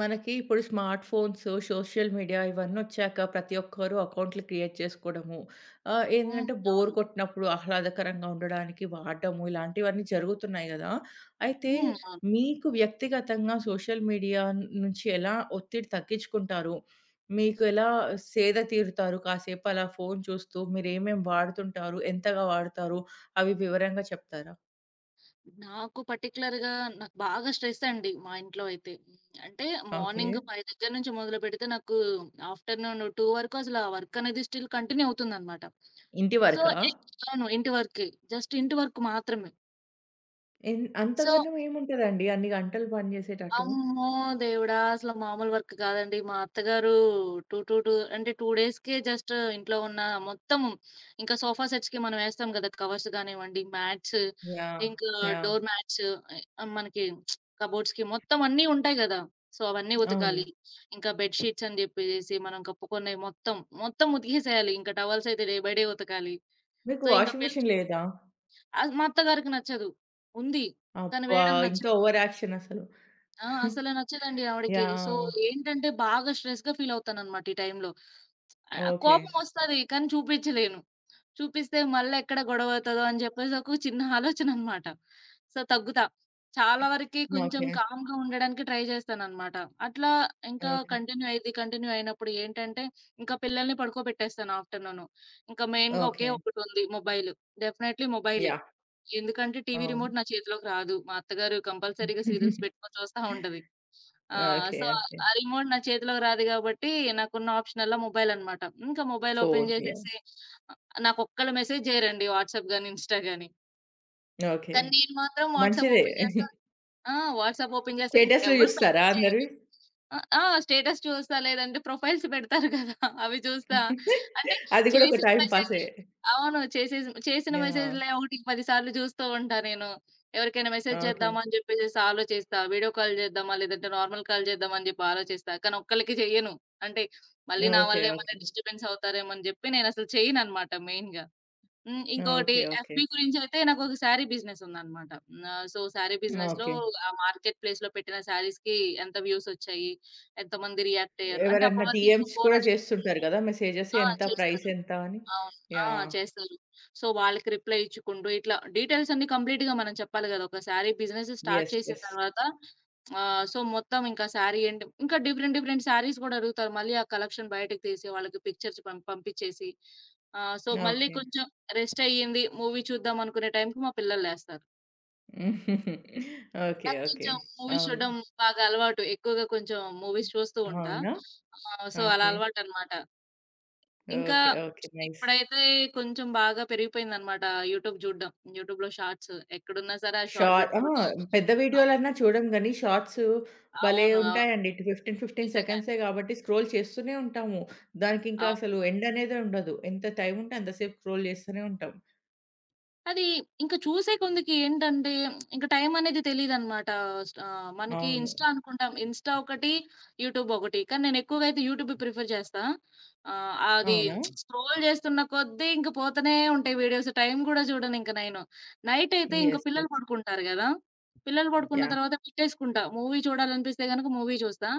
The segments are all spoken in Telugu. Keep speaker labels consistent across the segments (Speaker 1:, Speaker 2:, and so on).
Speaker 1: మనకి ఇప్పుడు స్మార్ట్ ఫోన్స్, సోషల్ మీడియా ఇవన్నొచ్చాక ప్రతి ఒక్కరు అకౌంట్లు క్రియేట్ చేసుకోవడము.
Speaker 2: హ్మ్.
Speaker 1: ఏందంటే బోర్
Speaker 2: అవును.
Speaker 1: కొట్టినప్పుడు ఆహ్లాదకరంగా ఉండడానికి వాడడము ఇలాంటివన్నీ జరుగుతున్నాయి గదా! అయితే
Speaker 2: హ్మ్.
Speaker 1: మీకు వ్యక్తిగతంగా సోషల్ మీడియా నుంచి ఎలా ఒత్తిడి తగ్గించుకుంటారు? మీకు ఎలా సేద తీరుతారు? కాసేపు అలా ఫోను చూస్తూ మీరేమేం వాడుతుంటారు? ఎంతగా వాడతారు? అవి వివరంగా చెప్తారా?
Speaker 2: నాకు పర్టిక్యులర్‌గా బాగా స్ట్రెస్ అండి మా ఇంట్లో అయితే. అంటే
Speaker 1: ఓకే.
Speaker 2: మార్నింగ్ 5 దగ్గర నుంచి మొదలుపెడితే నాకు ఆఫ్టర్‌నూన్ 2 వరకు అసలు ఆ వర్క్ అనేది స్టిల్ కంటిన్యూ అవుతుందన్నమాట.
Speaker 1: ఇంటి
Speaker 2: సో,
Speaker 1: వరకా?
Speaker 2: ఎ అవును. ఇంటి వరకే. జస్ట్ ఇంటి వరకు మాత్రమే.
Speaker 1: ఎన్
Speaker 2: సో
Speaker 1: అంతగనం ఏముంటదండి అన్ని గంటలు పని జేసేటట్టు.
Speaker 2: అమ్మో! దేవుడా! అసలు మామూలు వర్క్ కాదండి. మా అత్తగారు 2 డేస్‌కే జస్ట్ ఇంట్లో ఉన్న మొత్తం, ఇంకా సోఫా సెట్స్‌కి మనం ఏస్తాం గదా! కవర్స్ గానివ్వండి, మ్యాట్స్,
Speaker 1: యాహ్!
Speaker 2: ఇంకా
Speaker 1: యాహ్!
Speaker 2: డోర్ మ్యాట్స్, మనకి కబోర్డ్స్‌కి మొత్తం అన్నీ ఉంటాయి గదా! సో, అవన్నీ
Speaker 1: అవును.
Speaker 2: ఉతకాలి. ఇంకా బెడ్ షీట్స్ అని జెప్పేసేసి మనం కప్పుకున్నయి మొత్తం, మొత్తం ఉతికేసేయాలి. ఇంకా టవల్స్ అయితే డే బై డే ఉతకాలి.
Speaker 1: మీకు
Speaker 2: సో, ఇంకా
Speaker 1: వాషింగ్
Speaker 2: పిల్
Speaker 1: మిషన్ లేదా?
Speaker 2: మా అత్తగారికి నచ్చదు. ఉంది. కానీ
Speaker 1: అబ్బా!
Speaker 2: వేయడం
Speaker 1: ఇంత
Speaker 2: నచ్చదు.
Speaker 1: ఓవర్ యాక్షన్ అసలు.
Speaker 2: ఆ! అసలు నచ్చదండి ఆవిడకి. So,
Speaker 1: yeah!
Speaker 2: ఏంటంటే బాగా స్ట్రెస్‌గా ఫీల్ అవుతానన్నమాట ఈ టైంలో.
Speaker 1: ఓకే.
Speaker 2: కోపం వస్తది కానీ చూపించలేను. చూపిస్తే మళ్ళా ఎక్కడ గొడవ అవుతదో అని చెప్పేసి ఒక చిన్న ఆలోచన అన్నమాట. సో, తగ్గుతా. చాలా వరకి కొంచెం
Speaker 1: ఓకే.
Speaker 2: కామ్‌గా ఉండడానికి ట్రై చేస్తానన్నమాట. అట్లా ఇంకా
Speaker 1: ఓకే.
Speaker 2: కంటిన్యూ అయింది. కంటిన్యూ అయినప్పుడు ఏంటంటే ఇంకా పిల్లల్ని పడుకోబెట్టేస్తాను ఆఫ్టర్‌నూన్. ఇంకా మెయిన్‌గా ఒకే
Speaker 1: ఓకే.
Speaker 2: ఒకటుంది, మొబైల్. డెఫినైట్‌లీ మొబైలే.
Speaker 1: యాహ్!
Speaker 2: ఎందుకంటే టీవీ
Speaker 1: అవును.
Speaker 2: రిమోట్ నా చేతిలోకి రాదు. మా అత్తగారు కంపల్సరీగా సీరియల్స్ పెట్టుకొని చూస్తా ఉంటది. ఆ!
Speaker 1: ఓకే.
Speaker 2: So,
Speaker 1: okay.
Speaker 2: ఆ రిమోట్ నా చేతిలోకి రాదు గాబట్టి, నాకున్న ఆప్షనల్లా మొబైలనమాట. ఇంకా మొబైల్ ఓపెన్
Speaker 1: ఫోన్. యాహ్!
Speaker 2: జేసేసి, ఆహ్, నాకొక్కళ్ళు మెసేజ్ జేయరండి వాట్సాప్ గాని, ఇన్‌స్టా గాని.
Speaker 1: ఓకే.
Speaker 2: కానీ నేను మాత్రం వాట్సాప్
Speaker 1: మంచిదే.
Speaker 2: ఓపెన్ చేస్తా. ఆ! వాట్సాప్ ఓపెన్ చేస్తా. ఇంక
Speaker 1: స్టేటస్‌లు
Speaker 2: ఎవరు
Speaker 1: జూస్తారా
Speaker 2: మెసేజ్
Speaker 1: అందరివి?
Speaker 2: చేయరు. ఆ! ఆ! స్టేటస్ చూస్తా, లేదంటే ప్రొఫైల్స్ పెడతారు కదా! అవి చూస్తా. అంటే
Speaker 1: అది గూడా ఒక
Speaker 2: చేసిన
Speaker 1: టైమ్ పాసే.
Speaker 2: మెసేజ్‌లు, అవును. చేసిన
Speaker 1: యాహ్!
Speaker 2: మెసేజ్‌లే ఒకటికి 10 సార్లు చూస్తూ ఉంటా నేను. ఎవరికైనా మెసేజ్
Speaker 1: ఓకే.
Speaker 2: చేద్దామా అని చెప్పేసేసి ఆలోచిస్తా. వీడియో కాల్ చేద్దామా, లేదంటే నార్మల్ కాల్ చేద్దామా అని చెప్పి ఆలోచిస్తా. కానీ ఒక్కళ్ళకి చెయ్యను. అంటే మళ్ళీ నా
Speaker 1: ఓకే.
Speaker 2: వల్ల ఏమన్నా
Speaker 1: ఓకే.
Speaker 2: డిస్టర్బెన్స్ అవుతారేమో అని చెప్పి నేనసలు చేయననమాట మెయిన్‌గా. హ్మ్. ఇంకోటి,
Speaker 1: ఓకే. ఓకే.
Speaker 2: ఎఫ్‌బి గురించైతే నాకొక శారీ బిజినెస్ ఉందనమాట. సో, శారీ బిజినెస్‌లో
Speaker 1: ఓకే.
Speaker 2: ఆ మార్కెట్ ప్లేస్‌లో పెట్టిన శారీస్‌కి ఎంత వ్యూసొచ్చాయి? ఎంతమంది రియాక్ట్ అయ్యారు? అంటే
Speaker 1: ఎవరన్నా
Speaker 2: అప్పటి వరకు ఇంకా
Speaker 1: డీఎమ్స్
Speaker 2: ఫోన్
Speaker 1: కూడా
Speaker 2: అడిగి,
Speaker 1: చేస్తుంటారు గదా! మెసేజెస్
Speaker 2: ఆ!
Speaker 1: ఎంత ప్రైస్
Speaker 2: చేస్తారు.
Speaker 1: ఎంత అని.
Speaker 2: అవును. ఆ!
Speaker 1: యాహ్!
Speaker 2: చేస్తారు. సో, వాళ్ళకి రిప్లై ఇచ్చుకుంటూ ఇట్లా డీటెయిల్స్ అన్నీ కంప్లీట్‌గా మనం చెప్పాలి గదా! ఒకసారి బిజినెస్ స్టార్ట్
Speaker 1: యెస్.
Speaker 2: చేసిన
Speaker 1: యెస్.
Speaker 2: తర్వాత సో, మొత్తం ఇంకా శారీ ఏంటి ఇంకా డిఫరెంట్ డిఫరెంట్ శారీస్ గూడా అడుగుతారు. మళ్ళీ ఆ కలెక్షన్ బయటకి తీసి వాళ్ళకి పిక్చర్స్ పంపించేసి, సో, మళ్ళీ
Speaker 1: ఓకే.
Speaker 2: కొంచెం రెస్ట్ అయ్యింది. మూవీ చూద్దాం అనుకునే టైంకి మా పిల్లలు లేస్తారు.
Speaker 1: ఓకే.
Speaker 2: నాకు
Speaker 1: ఓకే.
Speaker 2: కొంచెం మూవీస్
Speaker 1: అవును.
Speaker 2: చూడడం బాగా అలవాటు. ఎక్కువగా కొంచెం మూవీస్ చూస్తూ ఉంటా.
Speaker 1: అవునా?
Speaker 2: సో, అలా
Speaker 1: ఓకే.
Speaker 2: అలవాటనమాట. ఇంకా
Speaker 1: ఓకే. ఓకే. నైస్.
Speaker 2: ఇప్పుడైతే కొంచెం బాగా పెరిగిపోయిందనమాట యూట్యూబ్ జూడ్డం. యూట్యూబ్‌లో షార్ట్స్ ఎక్కడున్నా సరే ఆ షార్ట్
Speaker 1: షార్ట్ ఆ!
Speaker 2: బెట్టుకొని,
Speaker 1: పెద్ద
Speaker 2: అవును.
Speaker 1: వీడియోలన్నా చూడం గానీ, షార్ట్స్ భలే
Speaker 2: అవును.
Speaker 1: ఉంటాయండి. 15, 15
Speaker 2: నిజంగానే.
Speaker 1: సెకండ్సే గాబట్టి స్క్రోల్ చేస్తూనే ఉంటాము. దానికింకా
Speaker 2: అవును.
Speaker 1: అసలు ఎండ్ అనేదే ఉండదు. ఎంత టైం ఉంటే అంత సేపు స్క్రోల్ చేస్తూనే ఉంటాం.
Speaker 2: అది ఇంక చూసే కొందికి ఏంటంటే, ఇంక టైం అనేది తెలీదనమాట. మనకి
Speaker 1: అవును.
Speaker 2: ఇన్‌స్టా అనుకుంటాం. ఇన్‌స్టా ఒకటి, యూట్యూబ్ ఒకటి. కానీ నేనెక్కువగా అయితే యూట్యూబే ప్రిఫర్ చేస్తా. అది
Speaker 1: అవునా?
Speaker 2: స్క్రోల్ చేస్తున్న కొద్దీ ఇంక పోతనే ఉంటాయి వీడియోస్. టైం గూడా చూడనింక నేను. నైట్ అయితే ఇంక
Speaker 1: యెస్.
Speaker 2: పిల్లలు
Speaker 1: యెస్.
Speaker 2: పడుకుంటారు గదా! పిల్లలు పడుకున్న
Speaker 1: యాహ్!
Speaker 2: తర్వాత పెట్టేసుకుంటా. మూవీ చూడాలనిపిస్తే గనక మూవీ చూస్తా.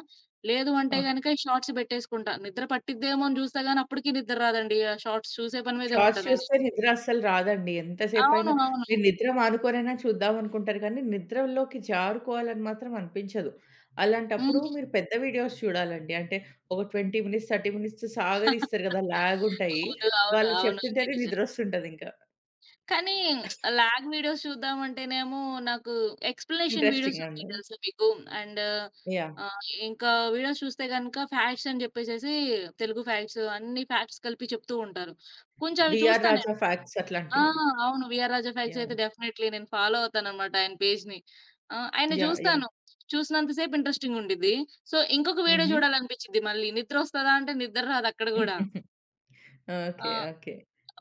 Speaker 2: లేదు అంటే
Speaker 1: ఓకే.
Speaker 2: గనక ఈ షార్ట్స్ పెట్టేసుకుంటా. నిద్ర పట్టిద్దేమో అని చూస్తా గానీ అప్పటికి నిద్ర రాదండి. ఆ షార్ట్స్ చూసే పని మీదే
Speaker 1: షార్ట్స్
Speaker 2: ఉంటా నేను.
Speaker 1: చూస్తే నిద్ర అస్సలు రాదండి.
Speaker 2: అవును.
Speaker 1: ఎంతసేపైనా
Speaker 2: అవును.
Speaker 1: నేను నిద్ర మానుకోనైనా చూద్దాం అనుకుంటారు కానీ, నిద్రలోకి జారుకోవాలని మాత్రం అనిపించదు. అలాంటప్పుడు
Speaker 2: హ్మ్.
Speaker 1: మీరు పెద్ద వీడియోస్ చూడాలండి. అంటే ఒక 20 మినిట్స్, 30 మినిట్స్ సాగదీస్తారు కదా! లాగ్ ఉంటాయి.
Speaker 2: అవును. అవును.
Speaker 1: వాళ్ళు
Speaker 2: అవును. అది
Speaker 1: చెప్తుంటేనే
Speaker 2: నిజం.
Speaker 1: నిద్రొస్తుంటదింకా.
Speaker 2: కానీ లాగ్ వీడియోస్ చూద్దామంటేనేమో నాకు ఎక్స్‌ప్లనేషన్ వీడియోస్
Speaker 1: ఇంట్రెస్టింగ్
Speaker 2: ఉంటాయి
Speaker 1: అండి.
Speaker 2: తెలుసా మీకు? And,
Speaker 1: yeah!
Speaker 2: ఆహ్, ఇంకా వీడియోస్ చూస్తే గనుక ఫ్యాక్ట్స్ అని చెప్పేసేసి తెలుగు ఫ్యాక్ట్స్ అన్ని ఫ్యాక్ట్స్ కలిపి చెప్తూ ఉంటారు. కొంచెం అవి
Speaker 1: 'వీఆర్
Speaker 2: చూస్తా నేను.
Speaker 1: రాజా' ఫ్యాక్ట్స్
Speaker 2: ఆ!
Speaker 1: అట్లాంటివి.
Speaker 2: అవును. VR Raja facts
Speaker 1: yeah!
Speaker 2: అయితే డెఫినైట్‌లీ నేను ఫాలో అవుతానన్నమాట ఆయన పేజ్‌ని. ఆయన్ని
Speaker 1: యాహ్! యాహ్!
Speaker 2: చూస్తాను. చూసినంత సేపు ఇంట్రెస్టింగ్ ఉండిద్ది. సో, ఇంకొక వీడియో చూడాలనిపించిద్ది మళ్ళీ. నిద్రొస్తదా అంటే నిద్ర రాదు అక్కడ గూడా.
Speaker 1: హుహు. ఓకే.
Speaker 2: ఆ!
Speaker 1: ఓకే.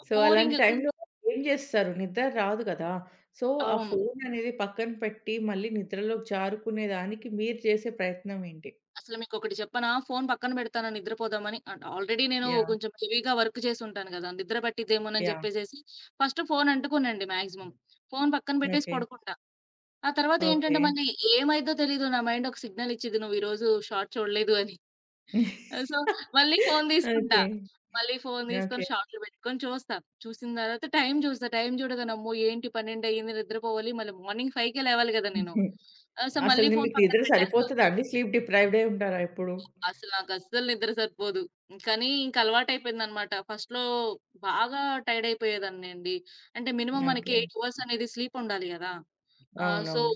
Speaker 1: సో, అలాంటి
Speaker 2: బోరింగ్,
Speaker 1: టైంలో ఏం జేస్తారు? నిద్ర రాదు గదా! సో, ఆ
Speaker 2: అవును.
Speaker 1: ఫోననేది పక్కన పెట్టి, మళ్ళీ నిద్రలోకి జారుకునే దానికి మీరు చేసే ప్రయత్నం ఏంటి?
Speaker 2: అసలు మీకొకటి చెప్పనా? ఫోను పక్కన బెడతాను నిద్రపోదామని. అండ్ ఆల్రెడీ నేను
Speaker 1: యాహ్!
Speaker 2: కొంచెం హెవీగా వర్క్ చేసుంటాను గదా! నిద్ర పట్టిద్దేమోనని
Speaker 1: యాహ్!
Speaker 2: జెప్పేసేసి ఫస్ట్ ఫోను అంటుకోనండి మాక్సిమం. ఫోను పక్కన బెట్టేసి
Speaker 1: ఓకే.
Speaker 2: పడుకుంటా. ఆ తర్వాత
Speaker 1: ఓకే.
Speaker 2: ఏంటంటే మళ్ళీ ఏమైద్దో తెలీదు. నా మైండ్ ఒక సిగ్నల్ ఇచ్చిద్ది. నువ్వు ఈరోజు షార్ట్ చూడలేదు అని. సో, మళ్ళీ ఫోను దీసుకుంటా.
Speaker 1: ఓకే.
Speaker 2: మళ్ళీ ఫోను దీసుకొని
Speaker 1: ఓకే.
Speaker 2: షార్ట్‌లు బెట్టుకొని చూస్తా. చూసిన తర్వాత టైం జూస్తా. టైం జూడగానే అమ్మో! ఏంటి 12 అయింది, నిద్రపోవాలి. మళ్ళీ మార్నింగ్ 5కే లేవాలి గదా! నేను.
Speaker 1: హుహు.
Speaker 2: సో, మళ్ళీ
Speaker 1: అసలు ని
Speaker 2: ఫోను
Speaker 1: మీకు
Speaker 2: పక్కన
Speaker 1: నిద్ర
Speaker 2: పెట్టేస్తా.
Speaker 1: సరిపోతదా అండి? స్లీప్ డిప్రైవ్డే ఉంటారా ఎప్పుడు?
Speaker 2: అసలు నాకస్సలు నిద్ర సరిపోదు. కానీ ఇంక అలవాటయిపోయిందనమాట. ఫస్ట్‌లో బాగా టైర్డ్ అయిపోయేదాన్నండి. అంటే మినిమమ్ మనకి
Speaker 1: ఓకే.
Speaker 2: 8 అవర్స్ అనేది స్లీప్ ఉండాలి గదా! సో,
Speaker 1: అవునవును.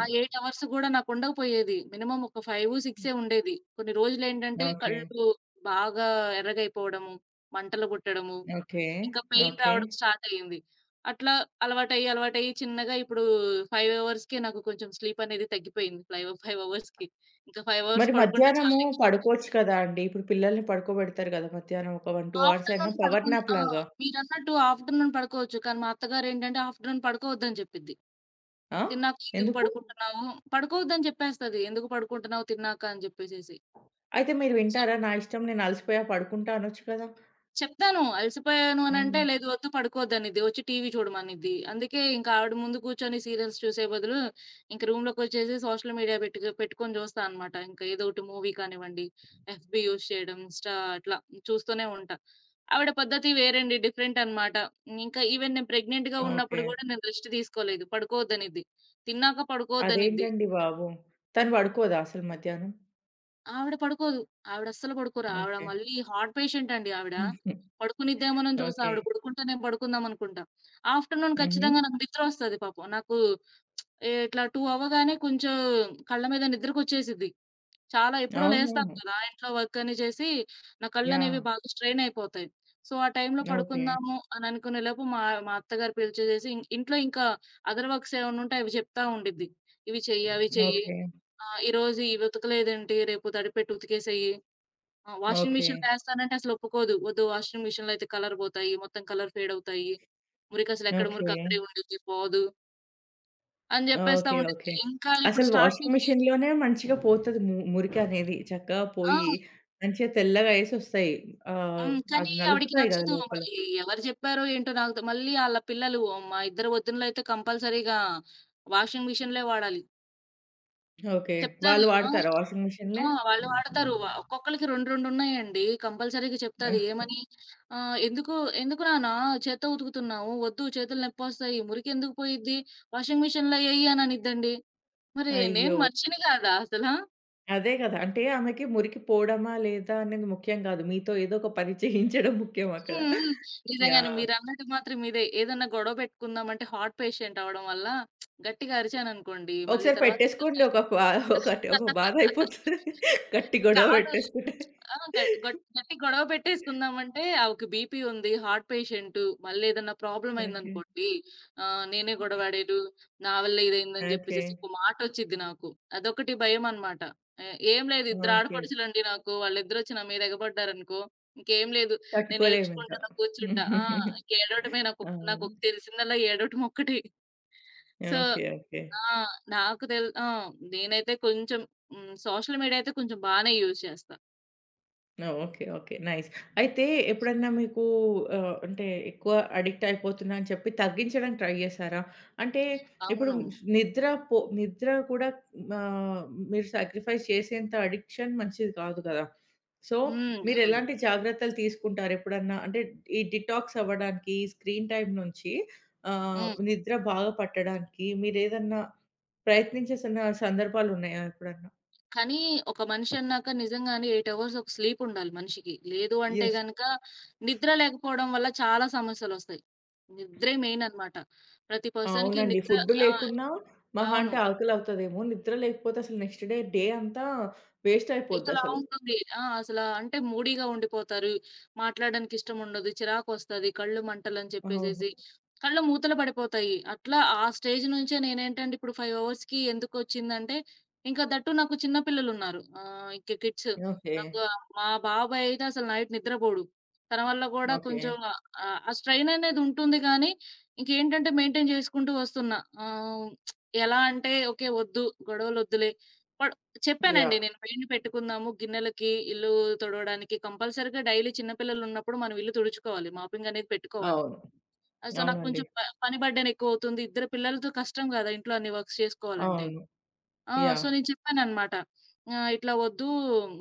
Speaker 2: ఆ 8 అవర్స్ గూడా నాకుండకపోయేది. మినిమమ్ ఒక 5, 6 ఉండేది. కొన్ని రోజులేంటంటే
Speaker 1: ఓకే.
Speaker 2: కళ్ళు బాగా ఎర్రగయిపోవడము, మంటలు పుట్టడము,
Speaker 1: ఓకే.
Speaker 2: ఇంకా పెయిన్
Speaker 1: ఓకే.
Speaker 2: రావడం స్టార్ట్ అయ్యింది. అట్లా అలవాటయ్యి చిన్నగా ఇప్పుడు 5 అవర్స్‌కే నాకు కొంచెం స్లీప్ అనేది తగ్గిపోయింది. 5 అవర్స్‌కి. ఇంకా 5 అవర్స్
Speaker 1: మరి
Speaker 2: పడుకుంటే
Speaker 1: మధ్యాహ్నము
Speaker 2: చాలింక.
Speaker 1: పడుకోవచ్చు కదా అండి. ఇప్పుడు పిల్లల్ని పడుకోబెడతారు గదా! మధ్యాహ్నం ఒక 1, 2 అవర్స్
Speaker 2: ఆఫ్టర్‌నూన్
Speaker 1: అయినా పవర్
Speaker 2: పడుకున్
Speaker 1: నాప్
Speaker 2: ఆ!
Speaker 1: లాగా.
Speaker 2: మీరన్నట్టు ఆఫ్టర్‌నూన్ పడుకోవచ్చు. కానీ మా అత్తగారేంటంటే ఆఫ్టర్‌నూన్ పడుకోవద్దని చెప్పిద్ది.
Speaker 1: ఆ!
Speaker 2: తిన్నాక ఎందుకు
Speaker 1: ఎందుకు?
Speaker 2: పడుకుంటున్నావు? పడుకోవద్దని చెప్పేస్తది. ఎందుకు పడుకుంటున్నావు తిన్నాక అని చెప్పేసేసి.
Speaker 1: అయితే మీరు వింటారా? నా ఇష్టం నేను అలసిపోయా పడుకుంటా అనొచ్చు కదా!
Speaker 2: చెప్తాను. అలసిపోయాను అనంటే,
Speaker 1: హ్మ్.
Speaker 2: లేదు వద్దు పడుకోవద్దనిద్ది. వచ్చి టీవీ చూడమనిద్ది. అందుకే ఇంక ఆవిడ ముందు కూర్చొని సీరియల్స్ చూసే బదులు, ఇంక రూమ్‌లోకొచ్చేసి సోషల్ మీడియా పెట్టుకొని చూస్తా అనమాట. ఇంక ఏదోకటి మూవీ కానివ్వండి, ఎఫ్‌బీ యూజ్ చేయడం, ఇన్‌స్టా అట్లా చూస్తూనే ఉంటా. ఆవిడ పద్ధతి వేరండి. డిఫరెంట్ అనమాట. ఇంకా ఈవెన్ నేను ప్రెగ్నెంట్‌గా
Speaker 1: ఓకే.
Speaker 2: ఉన్నప్పుడు గూడా నేను రెస్ట్ తీసుకోలేదు. పడుకోవద్దనిద్ది. తిన్నాక పడుకోవద్దనిద్ది.
Speaker 1: అదేంటండి బాబు! తను పడుకోదా అసలు మధ్యాహ్నం?
Speaker 2: ఆవిడ పడుకోదు. ఆవిడస్సలు పడుకోరు. ఆవిడ
Speaker 1: ఓకే.
Speaker 2: మళ్ళీ హార్ట్ పేషెంట్ అండి ఆవిడ.
Speaker 1: ఉహు,
Speaker 2: పడుకునిద్దేమోనని చూసి
Speaker 1: ఓకే.
Speaker 2: ఆవిడ పడుకుంటే నేను పడుకుందామనుకుంటా. ఆఫ్టర్‌నూన్
Speaker 1: హుహు.
Speaker 2: ఖచ్చితంగా నాకు నిద్రొస్తది పాపం. నాకు ఇట్లా 2 అవ్వగానే కొంచెం కళ్ళ మీద నిద్రకొచ్చేసిద్ది. చాలా ఎప్పుడో లేస్తాను
Speaker 1: అవునవును.
Speaker 2: కదా! ఇంట్లో వర్క్ అన్ని చేసి నా
Speaker 1: యాహ్!
Speaker 2: కళ్ళనేవి బాగా స్ట్రెయిన్ అయిపోతాయి. సో, ఆ టైంలో
Speaker 1: ఓకే.
Speaker 2: పడుకుందాము అని అనుకునే లోపు మా మా అత్తగారు పిలిచేసేసి ఇంట్లో ఇంకా అదర్ వర్క్స్ ఏమన్నుంటే అవి చెప్తా ఉండిద్ది. ఇవి చెయ్యి, అవి చెయ్యి.
Speaker 1: ఓకే.
Speaker 2: ఆ! ఈరోజు ఇవి ఉతకలేదేంటి? రేపు తడిపెట్టి ఉతికేసేయి. ఆ! Washing
Speaker 1: okay.
Speaker 2: మిషన్‌లో ఏస్తానంటే అసలు ఒప్పుకోదు. వద్దు వాషింగ్ మిషన్‌లో అయితే కలర్ పోతాయి. మొత్తం కలర్ ఫేడ్ అవుతాయి. మురికసలు ఎక్కడ
Speaker 1: ఓకే.
Speaker 2: మురికి అక్కడే ఉండిద్ది పోదు. అని జెప్పేస్తా
Speaker 1: ఓకే.
Speaker 2: ఉండిద్ది.
Speaker 1: ఓకే.
Speaker 2: ఇంకా ఇప్పుడు
Speaker 1: అసలు వాషింగ్
Speaker 2: స్టార్టింగ్‌కి
Speaker 1: మిషన్‌లోనే మంచిగా పోతది మురికనేది. చక్కగా
Speaker 2: ఆ!
Speaker 1: పోయి మంచిగా తెల్లగా ఏసొస్తాయి. ఆహ్,
Speaker 2: హ్మ్. కానీ
Speaker 1: అది
Speaker 2: ఆవిడకి
Speaker 1: నలుపుతాయి గదా
Speaker 2: నచ్చదు.
Speaker 1: లోపల.
Speaker 2: మరి ఎవరు జెప్పారో ఏంటో నాకు మళ్ళీ ఆళ్ళ పిల్లలు, మా ఇద్దరు వదినలైతే కంపల్సరీగా వాషింగ్ మిషన్‌లే వాడాలి.
Speaker 1: ఓకే.
Speaker 2: చెప్తాది.
Speaker 1: వాళ్ళు
Speaker 2: ఆ!
Speaker 1: వాడతారా వాషింగ్
Speaker 2: ఆ!
Speaker 1: మిషన్‌లే?
Speaker 2: వాళ్ళు వాడతారు. ఒక్కొక్కళ్ళకి 2, 2 ఉన్నాయండి. కంపల్సరీగా చెప్తాది
Speaker 1: ఆహ్,
Speaker 2: ఏమని, "ఎందుకు ఎందుకు నాన్న చేత్తో ఉతుకుతున్నావు? వద్దు చేతులు నొప్పొస్తాయి. మురికెందుకు పోయిద్ది? వాషింగ్ మిషన్‌లో ఎయ్యి" అని అనిద్దండి. మరి నేను
Speaker 1: అయ్యో!
Speaker 2: మనిషిని కాదా అసలా?
Speaker 1: అదే గదా! అంటే ఆమెకి మురికి పోవడమా లేదా అనేది ముఖ్యం గాదు. మీతో ఏదో ఒక పని చేయించడం ముఖ్యం అక్కడ.
Speaker 2: హ్మ్. హ్మ్. నిజంగానే
Speaker 1: యాహ్!
Speaker 2: మీరన్నట్టు మాత్రం ఇదే. ఏదన్నా గొడవ పెట్టుకుందాం అంటే హార్ట్ పేషెంట్ అవ్వడం వల్ల గట్టిగా అరిచాననుకోండి మళ్ళీ
Speaker 1: ఒకసారి
Speaker 2: తర్వాత
Speaker 1: పెట్టేసుకోండి. ఒక ప ఒకటి ఒక బాధ అయిపోతది. గట్టి గొడవ
Speaker 2: కాదు.
Speaker 1: పెట్టేసుకుంటే.
Speaker 2: ఆ! గట్ గట్ గట్టి గొడవ పెట్టేసుకుందామంటే, ఆమెకి బీపీ ఉంది, హార్ట్ పేషెంటు, మళ్ళేదన్నా ప్రాబ్లమ్
Speaker 1: ఓకే.
Speaker 2: అయిందనుకోండి, నేనే గొడవాడాను, నా వల్ల ఇదయిందని
Speaker 1: ఓకే.
Speaker 2: జెప్పేసేసి ఒక మాటొచ్చిద్ది నాకు. అదొకటి భయమనమాట. ఏ ఏం లేదు ఇద్దరు
Speaker 1: ఓకే.
Speaker 2: ఆడపడుచులండి నాకు, వాళ్ళిద్దరొచ్చి నా మీద ఎగబడ్డారనుకో, ఇంకేం లేదు.
Speaker 1: తట్టుకోలేమింక.
Speaker 2: నేనేడ్చుకుంటా, అలా కూర్చుంటా. ఆ! ఇంకేడవటమే నాకొక్
Speaker 1: అవును.
Speaker 2: నాకొక్ తెలిసిందల్లా ఏడవటమొక్కటే. So,
Speaker 1: okay. ఓకే.
Speaker 2: ఆ! నాకు ఆ! నేనైతే కొంచెం హ్మ్. సోషల్ మీడియా అయితే కొంచెం బానే యూజ్ చేస్తా.
Speaker 1: ఆ! ఓకే. ఓకే. నైస్. అయితే ఎప్పుడన్నా మీకు అంటే ఎక్కువ అడిక్ట్ అయిపోతున్నా అని చెప్పి తగ్గించడానికి ట్రై చేసారా? అంటే ఇప్పుడు
Speaker 2: అవును.
Speaker 1: నిద్ర నిద్ర కూడా ఆహ్, మీరు సాక్రిఫైస్ చేసేంత అడిక్షన్ మంచిది కాదు కదా! సో,
Speaker 2: హ్మ్.
Speaker 1: మీరు
Speaker 2: అవును.
Speaker 1: ఎలాంటి జాగ్రత్తలు తీసుకుంటారు ఎప్పుడన్నా? అంటే ఈ డిటాక్స్ అవ్వడానికి ఈ స్క్రీన్ టైమ్ నుంచి
Speaker 2: హ్మ్.
Speaker 1: నిద్ర బాగా పట్టడానికి మీరేదన్నా ప్రయత్నించేసిన సందర్భాలున్నాయా ఎప్పుడన్నా?
Speaker 2: కానీ ఒక మనిషి అన్నాక నిజంగానే 8 అవర్స్ ఒక స్లీప్ ఉండాలి మనిషికి. లేదు అంటే
Speaker 1: యెస్.
Speaker 2: గనక నిద్ర లేకపోవడం వల్ల చాలా సమస్యలొస్తాయి. నిద్రే మెయిన్ అన్నమాట. ప్రతి పర్సన్‌కి
Speaker 1: అవునండి.
Speaker 2: నిద్ర,
Speaker 1: ఫుడ్డు
Speaker 2: ఆ!
Speaker 1: లేకున్నా మహా
Speaker 2: అవును.
Speaker 1: అంటే ఆకలవుతదేమో. నిద్ర లేకపోతే అసలు నెక్స్ట్ డే అంతా వేస్ట్
Speaker 2: ఇకలా
Speaker 1: అయిపోద్దసలు.
Speaker 2: ఉంటుంది. ఆ! అసలా అంటే మూడీగా ఉండిపోతారు. మాట్లాడడానికి ఇష్టముండదు. చిరాకొస్తది. కళ్ళు మంటలని
Speaker 1: అవును.
Speaker 2: చెప్పేసేసి. కళ్ళు మూతలు పడిపోతాయి. అట్లా ఆ స్టేజ్ నుంచే నేనేంటంటే ఇప్పుడు 5 అవర్స్‌కి ఎందుకొచ్చిందంటే, ఇంకా దట్టు నాకు చిన్న పిల్లలున్నారు. ఇంక కిడ్స్.
Speaker 1: ఓకే.
Speaker 2: నాకు మా బాబాయ్ అయితే అసలు నైట్ నిద్రపోడు. తన వల్ల గూడా
Speaker 1: ఓకే.
Speaker 2: కొంచెం ఆ స్ట్రెయిన్ అనేది ఉంటుంది గానీ, ఇంకేంటంటే మెయింటైన్ జేసుకుంటూ వస్తున్నా. ఆహ్, ఎలా అంటే ఓకే. వద్దు గొడవలొద్దులే. పడ్ చెప్పానండి
Speaker 1: యాహ్!
Speaker 2: నేను పెయింట్ పెట్టుకుందాము. గిన్నెలకి, ఇల్లు తుడవడానికి కంపల్సరీగా డైలీ చిన్న పిల్లలున్నప్పుడు మనం ఇల్లు తుడుచుకోవాలి. మాపింగ్ అనేది పెట్టుకోవాలి.
Speaker 1: అవును.
Speaker 2: సో, నాకు
Speaker 1: అవునండి.
Speaker 2: కొంచెం పని బర్డెన్ ఎక్కువవుతుంది. ఇద్దరు పిల్లలతో కష్టం గదా! ఇంట్లో అన్ని వర్క్స్ చేసుకోవాలంటే.
Speaker 1: అవును.
Speaker 2: ఆ! So,
Speaker 1: yeah!
Speaker 2: నేను చెప్పాననమాట. "ఇట్లా వద్దు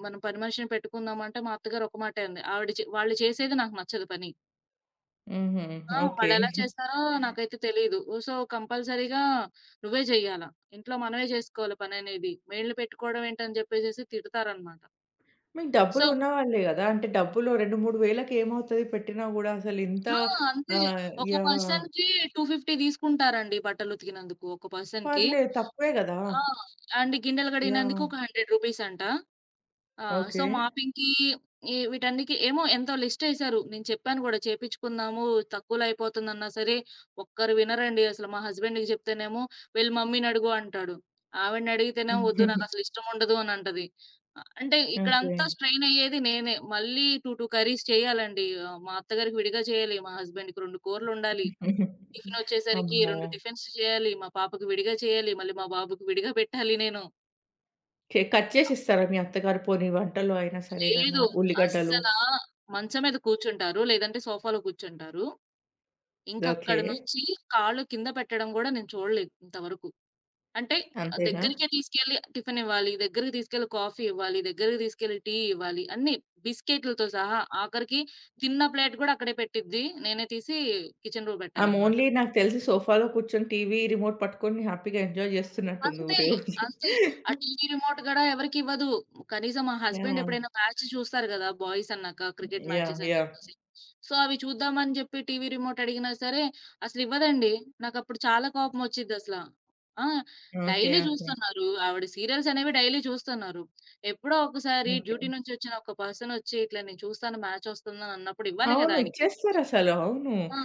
Speaker 2: మనం పని మనిషిని పెట్టుకుందామంటే" మా అత్తగారు ఒక మాటే అంది. ఆవిడ వాళ్ళు చేసేది నాకు నచ్చదు పని.
Speaker 1: హుహు.
Speaker 2: ఆ!
Speaker 1: ఓకే.
Speaker 2: వాళ్ళెలా చేస్తారో నాకైతే తెలీదు. సో, కంపల్సరీగా నువ్వే చెయ్యాలా. ఇంట్లో మనమే చేసుకోవాలి పననేది. మెయిడ్‌లు పెట్టుకోవడం ఏంటని జెప్పేసేసి తిడతారనమాట.
Speaker 1: మీకు
Speaker 2: సో
Speaker 1: డబ్బులున్న వాళ్ళే గదా! అంటే డబ్బులు 2, 3 వేలకి ఏమవుతది పెట్టినా గూడా అసలింత
Speaker 2: ఆ! అంతే.
Speaker 1: ఆహ్,
Speaker 2: ఒక
Speaker 1: యాహ్!
Speaker 2: పర్సన్‌కి 250 తీసుకుంటారండి బట్టలు ఉతికినందుకు ఒక పర్సన్‌కి.
Speaker 1: పర్లేదు తక్కువే గదా!
Speaker 2: ఆ! అండ్ గిన్నెలు కడిగినందుకు
Speaker 1: యాహ్!
Speaker 2: ఒక 100 రూపీస్ అంట. ఆ! So,
Speaker 1: okay.
Speaker 2: మాపింగ్‌కి ఈ వీటన్నికి ఏమో ఎంతో లిస్టేశారు. నేను చెప్పాను గూడా చేపిచ్చుకుందాము. తక్కువలో అయిపోతుందన్నా సరే, ఒక్కరు వినరండి అసలు. మా హస్బెండ్‌కి జెప్తేనేమో, "వెళ్ళి మమ్మీనడుగు" అంటాడు. ఆవిడనడిగితేనేమో, "వద్దు నాకసలు ఇష్టముండదు" అనంటది. అంటే
Speaker 1: ఓకే.
Speaker 2: ఇక్కడంతా స్ట్రెయినయ్యేది నేనే. మళ్ళీ 2, 2 కర్రీస్ చేయాలండి. మా అత్తగారికి విడిగా చేయాలి, మా హస్బెండ్‌కి 2 కూరలొండాలి. టిఫినొచ్చేసరికి
Speaker 1: అమ్మో!
Speaker 2: 2 టిఫిన్స్ చేయాలి, మా పాపకి విడిగా చేయాలి, మళ్ళీ మా బాబుకి విడిగా పెట్టాలి నేను.
Speaker 1: కే కట్ చేసి ఇస్తారా మీ అత్తగారు? పోనీ వంటలో అయినా సరే ఏదైనా
Speaker 2: లేదు.
Speaker 1: ఉల్లిగడ్డలు.
Speaker 2: అస్సలా మంచం మీద కూర్చుంటారు. లేదంటే సోఫాలో కూర్చుంటారు.
Speaker 1: ఓకే.
Speaker 2: ఇంకక్కడి నుంచి కాళ్ళు కింద పెట్టడం గూడా నేను చూడలేదు ఇంతవరకు. అంటే
Speaker 1: అంతేనా?
Speaker 2: దగ్గరికే తీసుకెళ్ళి టిఫిన్ ఇవ్వాలి, దగ్గరికి తీసుకెళ్ళి కాఫీ ఇవ్వాలి, దగ్గరికి తీసుకెళ్ళి టీ ఇవ్వాలి. అన్నీ బిస్కెట్‌లతో సహా ఆఖరికి తిన్న ప్లేట్ గూడా అక్కడే పెట్టిద్ది. నేనే తీసి కిచెన్ రూల్
Speaker 1: ఆమె
Speaker 2: పెట్టాలన్నమాట.
Speaker 1: ఓన్లీ నాకు తెలిసి సోఫాలో కూర్చొని టీవీ రిమోట్ పట్టుకొని హ్యాపీగా ఎంజాయ్ చేస్తున్నట్టుంది
Speaker 2: అంతే.
Speaker 1: రోజు.
Speaker 2: అంతే. ఆ టీవీ రిమోట్ గూడా ఎవరికివ్వదు. కనీసం మా హస్బెండ్
Speaker 1: యాహ్!
Speaker 2: ఎప్పుడైనా మ్యాచ్ చూస్తారు గదా! బాయ్స్ అన్నాక క్రికెట్
Speaker 1: యాహ్!
Speaker 2: మ్యాచెస్ అని
Speaker 1: యాహ్!
Speaker 2: చెప్పేసి. సో, అవి చూద్దామని జెప్పి టీవీ రిమోట్ అడిగినా సరే అసలివ్వదండి. నాకప్పుడు చాలా కోపమొచ్చిద్దసల. ఆ!
Speaker 1: ఓకే.
Speaker 2: Daily
Speaker 1: okay.
Speaker 2: చూస్తున్నారు. ఆవిడ సీరియల్స్ అనేవి డైలీ చూస్తున్నారు. ఎప్పుడో ఒకసారి
Speaker 1: ఓకే.
Speaker 2: డ్యూటీ నుంచొచ్చిన ఒక పర్సనొచ్చి ఇట్లా నేను చూస్తాను మ్యాచొస్తుందని అన్నప్పుడు ఇవ్వాలి గదా!
Speaker 1: అవును.
Speaker 2: ఆయనకి.
Speaker 1: ఇచ్చేస్తారసలు. అవును.
Speaker 2: ఆ!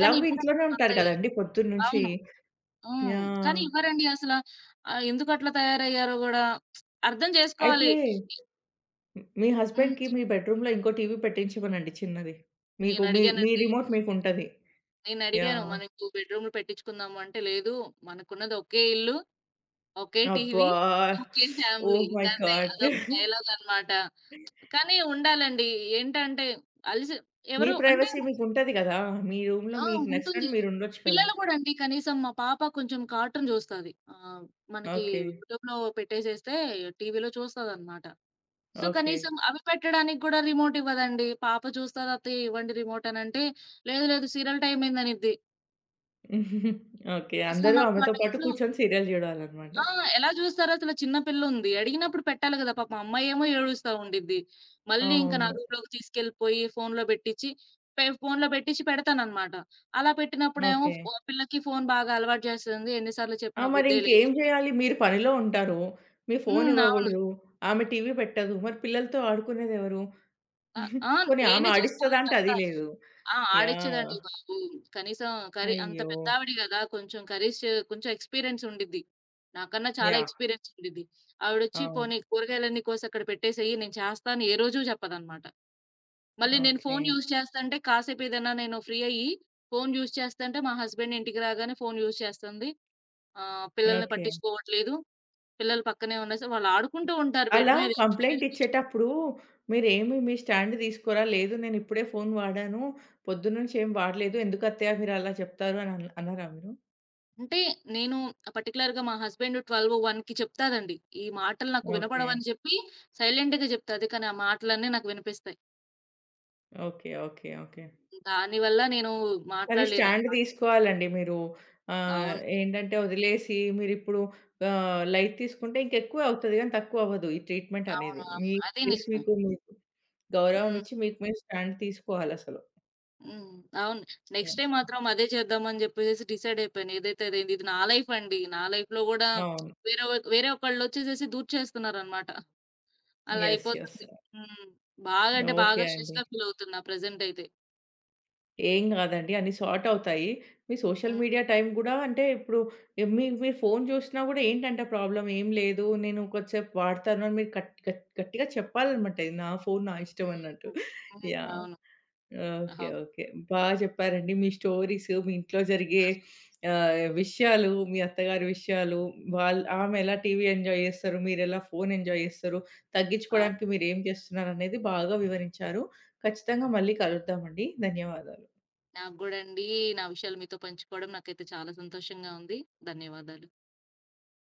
Speaker 2: కానీ ఇవ్వరసలు
Speaker 1: ఇంట్లోనే
Speaker 2: మా
Speaker 1: ఉంటారు
Speaker 2: అత్తయ్య.
Speaker 1: కదండీ పొద్దున్న నుంచి.
Speaker 2: అవును. హ్మ్. కానీ
Speaker 1: యాహ్!
Speaker 2: ఇవ్వరండి అసల. ఎందుకట్లా తయారయ్యారో గూడా అర్థం జేసుకోవాలి.
Speaker 1: అయితే మీ
Speaker 2: హ్మ్.
Speaker 1: హస్బెండ్‌కి మీ బెడ్‌రూమ్‌లో ఇంకో టీవీ పెట్టించమనండి చిన్నది. మీకు మీ మీ
Speaker 2: నేనడిగానండి.
Speaker 1: రిమోట్ మీకుంటది.
Speaker 2: నేనడిగాను,
Speaker 1: యాహ్!
Speaker 2: "మనం ఇంకో బెడ్‌రూమ్‌లు పెట్టించుకుందాము" అంటే, "లేదు. మనకున్నది ఒకే ఇల్లు, ఒకే టీవీ,
Speaker 1: అబ్బా!
Speaker 2: ఒకే ఫ్యామిలీ."
Speaker 1: ఓహ్ మై
Speaker 2: ఇంకంతే.
Speaker 1: గాడ్!
Speaker 2: అదొక డైలాగనమాట. కానీ ఉండాలండి. ఏంటంటే, అలిసి
Speaker 1: మీ
Speaker 2: ఎవరు అంటే
Speaker 1: ప్రైవసీ మీకుంటది గదా! మీ రూమ్‌లో
Speaker 2: ఆ!
Speaker 1: మీకు
Speaker 2: ఉంటుంది.
Speaker 1: నచ్చినట్టు మీరుండొచ్చు కదా!
Speaker 2: పిల్లలు గూడా అండి. కనీసం మా పాప కొంచెం కార్టూన్ జూస్తది. మనకి
Speaker 1: ఓకే.
Speaker 2: యూట్యూబ్‌లో పెట్టేసేస్తే టీవీలో చూస్తదనమాట. So,
Speaker 1: okay.
Speaker 2: కనీసం అవి పెట్టడానికి గూడా రిమోట్ ఇవ్వదండి. పాప చూస్తది అత్తయ్య ఇవ్వండి రిమోట్ అనంటే, లేదు లేదు సీరియల్ టైమ్ అయిందనిద్ది.
Speaker 1: ఓకే.
Speaker 2: అసలు
Speaker 1: అందరూ
Speaker 2: నాకు ఆ
Speaker 1: ఆమెతో పాటు
Speaker 2: టైంలో
Speaker 1: కూర్చొని సీరియల్ జూడాలనమాట.
Speaker 2: ఆ! ఎలా చూస్తారసలు చిన్న పిల్లుంది. అడిగినప్పుడు పెట్టాలి గదా! పాపం అమ్మాయేమో ఏడుస్తా ఉండిద్ది. మళ్ళీ ఇంక నా
Speaker 1: అవును.
Speaker 2: రూమ్‌లోకి తీసుకెళ్ళిపోయి ఫోన్‌లో పెట్టిచ్చి ఫోన్‌లో పెట్టిచ్చి పెడతాననమాట. అలా పెట్టినప్పుడేమో
Speaker 1: ఓకే.
Speaker 2: పిల్లకి ఫోను బాగా అలవాటు జేసేసింది. ఎన్ని సార్లు
Speaker 1: ఆ!
Speaker 2: చెప్పినా
Speaker 1: మరి
Speaker 2: బుద్ధే లేదు.
Speaker 1: ఇంకేం జేయాలి? మీరు పనిలో ఉంటారు. మీ ఫోను
Speaker 2: హ్మ్. అవును.
Speaker 1: ఇవ్వగూడదు. ఆమె టీవీ పెట్టదు. మరి పిల్లలతో ఆడుకునేదెవరు?
Speaker 2: ఆ!
Speaker 1: పోనీ ఆమె
Speaker 2: నేనే చేసుకోవాలి
Speaker 1: ఆడిస్తదా అంటే అది
Speaker 2: అదంతా.
Speaker 1: లేదు.
Speaker 2: ఆ!
Speaker 1: యాహ్!
Speaker 2: ఆడిచ్చేదండి మాకు. కనీసం కర్రీ అంత
Speaker 1: అయ్యో!
Speaker 2: పెద్దావిడ గదా! కొంచెం కర్రీస్ కొంచెం ఎక్స్‌పీరియన్స్ ఉండిద్ది. నాకన్నా చాలా
Speaker 1: యాహ్!
Speaker 2: ఎక్స్‌పీరియన్స్ ఉండిద్ది. ఆవిడొచ్చి పోనీ
Speaker 1: అవును.
Speaker 2: కూరగాయలన్నీ కోసక్కడ పెట్టేసేయి నేను చేస్తాను ఏ రోజు చెప్పదనమాట. మళ్ళీ నేను
Speaker 1: ఓకే.
Speaker 2: ఫోను యూజ్ చేస్తంటే కాసేపేదన్నా నేను ఫ్రీ అయ్యి ఫోను యూజ్ చేస్తంటే మా హస్బెండ్ ఇంటికి రాగానే ఫోను యూజ్ చేస్తంది. పిల్లల్ని
Speaker 1: ఓకే.
Speaker 2: పట్టించుకోవట్లేదు. పిల్లలు పక్కనే ఉన్నేసి వాళ్ళు ఆడుకుంటూ ఉంటారు బెడ్
Speaker 1: అలా
Speaker 2: మీద.
Speaker 1: కంప్లెయింట్
Speaker 2: బెడ్ మీద కూర్చొని
Speaker 1: ఇచ్చేటప్పుడు మీరేమి మీ స్టాండ్ తీసుకోరా? లేదు నేనిప్పుడే ఫోను వాడాను. పొద్దున్నుంచి ఏం వాడలేదు. ఎందుకత్తయ్య మీరలా చెప్తారు అని అన్నారా మీరు?
Speaker 2: అంటే నేను పర్టిక్యులర్‌గా మా హస్బెండ్ 12:01కి చెప్తాడండి. ఈ మాటలు నాకు
Speaker 1: ఓకే.
Speaker 2: వినపడవని చెప్పి సైలెంట్‌గా చెప్తాది. కానీ ఆ మాటలన్నీ నాకు వినిపిస్తాయి.
Speaker 1: ఓకే. ఓకే. ఓకే.
Speaker 2: దానివల్ల నేను
Speaker 1: కానీ స్టాండ్
Speaker 2: మాట్లాడలేననమాట.
Speaker 1: తీసుకోవాలండి మీరు.
Speaker 2: అవును.
Speaker 1: ఏంటంటే వదిలేసి మీరిప్పుడు లైట్ తీసుకుంటే ఇంకెక్కువే అవుతది గానీ తక్కువవ్వదు ఈ ట్రీట్‌మెంట్
Speaker 2: అవును.
Speaker 1: అనేది. మీ
Speaker 2: అవును. అదే
Speaker 1: ప్లేస్
Speaker 2: నిజమే.
Speaker 1: మీకు మీకు గౌరవం
Speaker 2: హ్మ్.
Speaker 1: ఇచ్చి మీకు మీరు స్టాండ్ తీసుకోవాలసలు.
Speaker 2: హ్మ్. అవును. Next
Speaker 1: yeah!
Speaker 2: టైమ్ మాత్రం అదే చేద్దామని చెప్పేసేసి డిసైడ్ అయిపోయాను. ఏదైతే అదైంది. ఇది నా లైఫ్ అండి. నా లైఫ్‌లో గూడా
Speaker 1: అవును.
Speaker 2: వేరే ఒకళ్ళొచ్చేసేసి దూర్చేస్తున్నారనమాట. అలా
Speaker 1: యెస్. యెస్.
Speaker 2: అయిపోతుంది. హ్మ్. బాగా అంటే బాగా
Speaker 1: ఓకే అండి.
Speaker 2: స్ట్రెస్‌గా ఫీల్ అవుతున్నా ప్రెజెంట్ అయితే.
Speaker 1: ఏం గాదండి. అన్నీ సార్ట్ అవుతాయి. మీ సోషల్
Speaker 2: హ్మ్.
Speaker 1: మీడియా టైం గూడా అంటే ఇప్పుడు మీ మీరు ఫోను జూసినా గూడా ఏంటంటే ప్రాబ్లమ్ ఏం లేదు. నేను కొద్దిసేపు వాడతాను అని మీరు గట్ గట్ గట్టిగా చెప్పాలన్నమాట. ఇది నా ఫోను నా ఇష్టం అన్నట్టు.
Speaker 2: హ్మ్. హ్మ్.
Speaker 1: యాహ్!
Speaker 2: అవును. అహ
Speaker 1: ఓకే. ఓకే. బా జెప్పారండి. మీ స్టోరీస్, మీ ఇంట్లో జరిగే విషయాలు, మీ అత్తగారి విషయాలు, వాళ్ ఆమె ఎలా టీవీ ఎంజాయ్ జేస్తారు, మీరెలా ఫోను ఎంజాయ్ జేస్తారు,
Speaker 2: ఆ!
Speaker 1: తగ్గించుకోవడానికి మీరేం జేస్తున్నారనేది బాగా వివరించారు. ఖచ్చితంగా మళ్ళీ కలుద్దామండి. ధన్యవాదాలు.
Speaker 2: నాకు గూడా అండి. నా విషయాలు మీతో పంచుకోవడం నాకైతే చాలా సంతోషంగా ఉంది. ధన్యవాదాలు.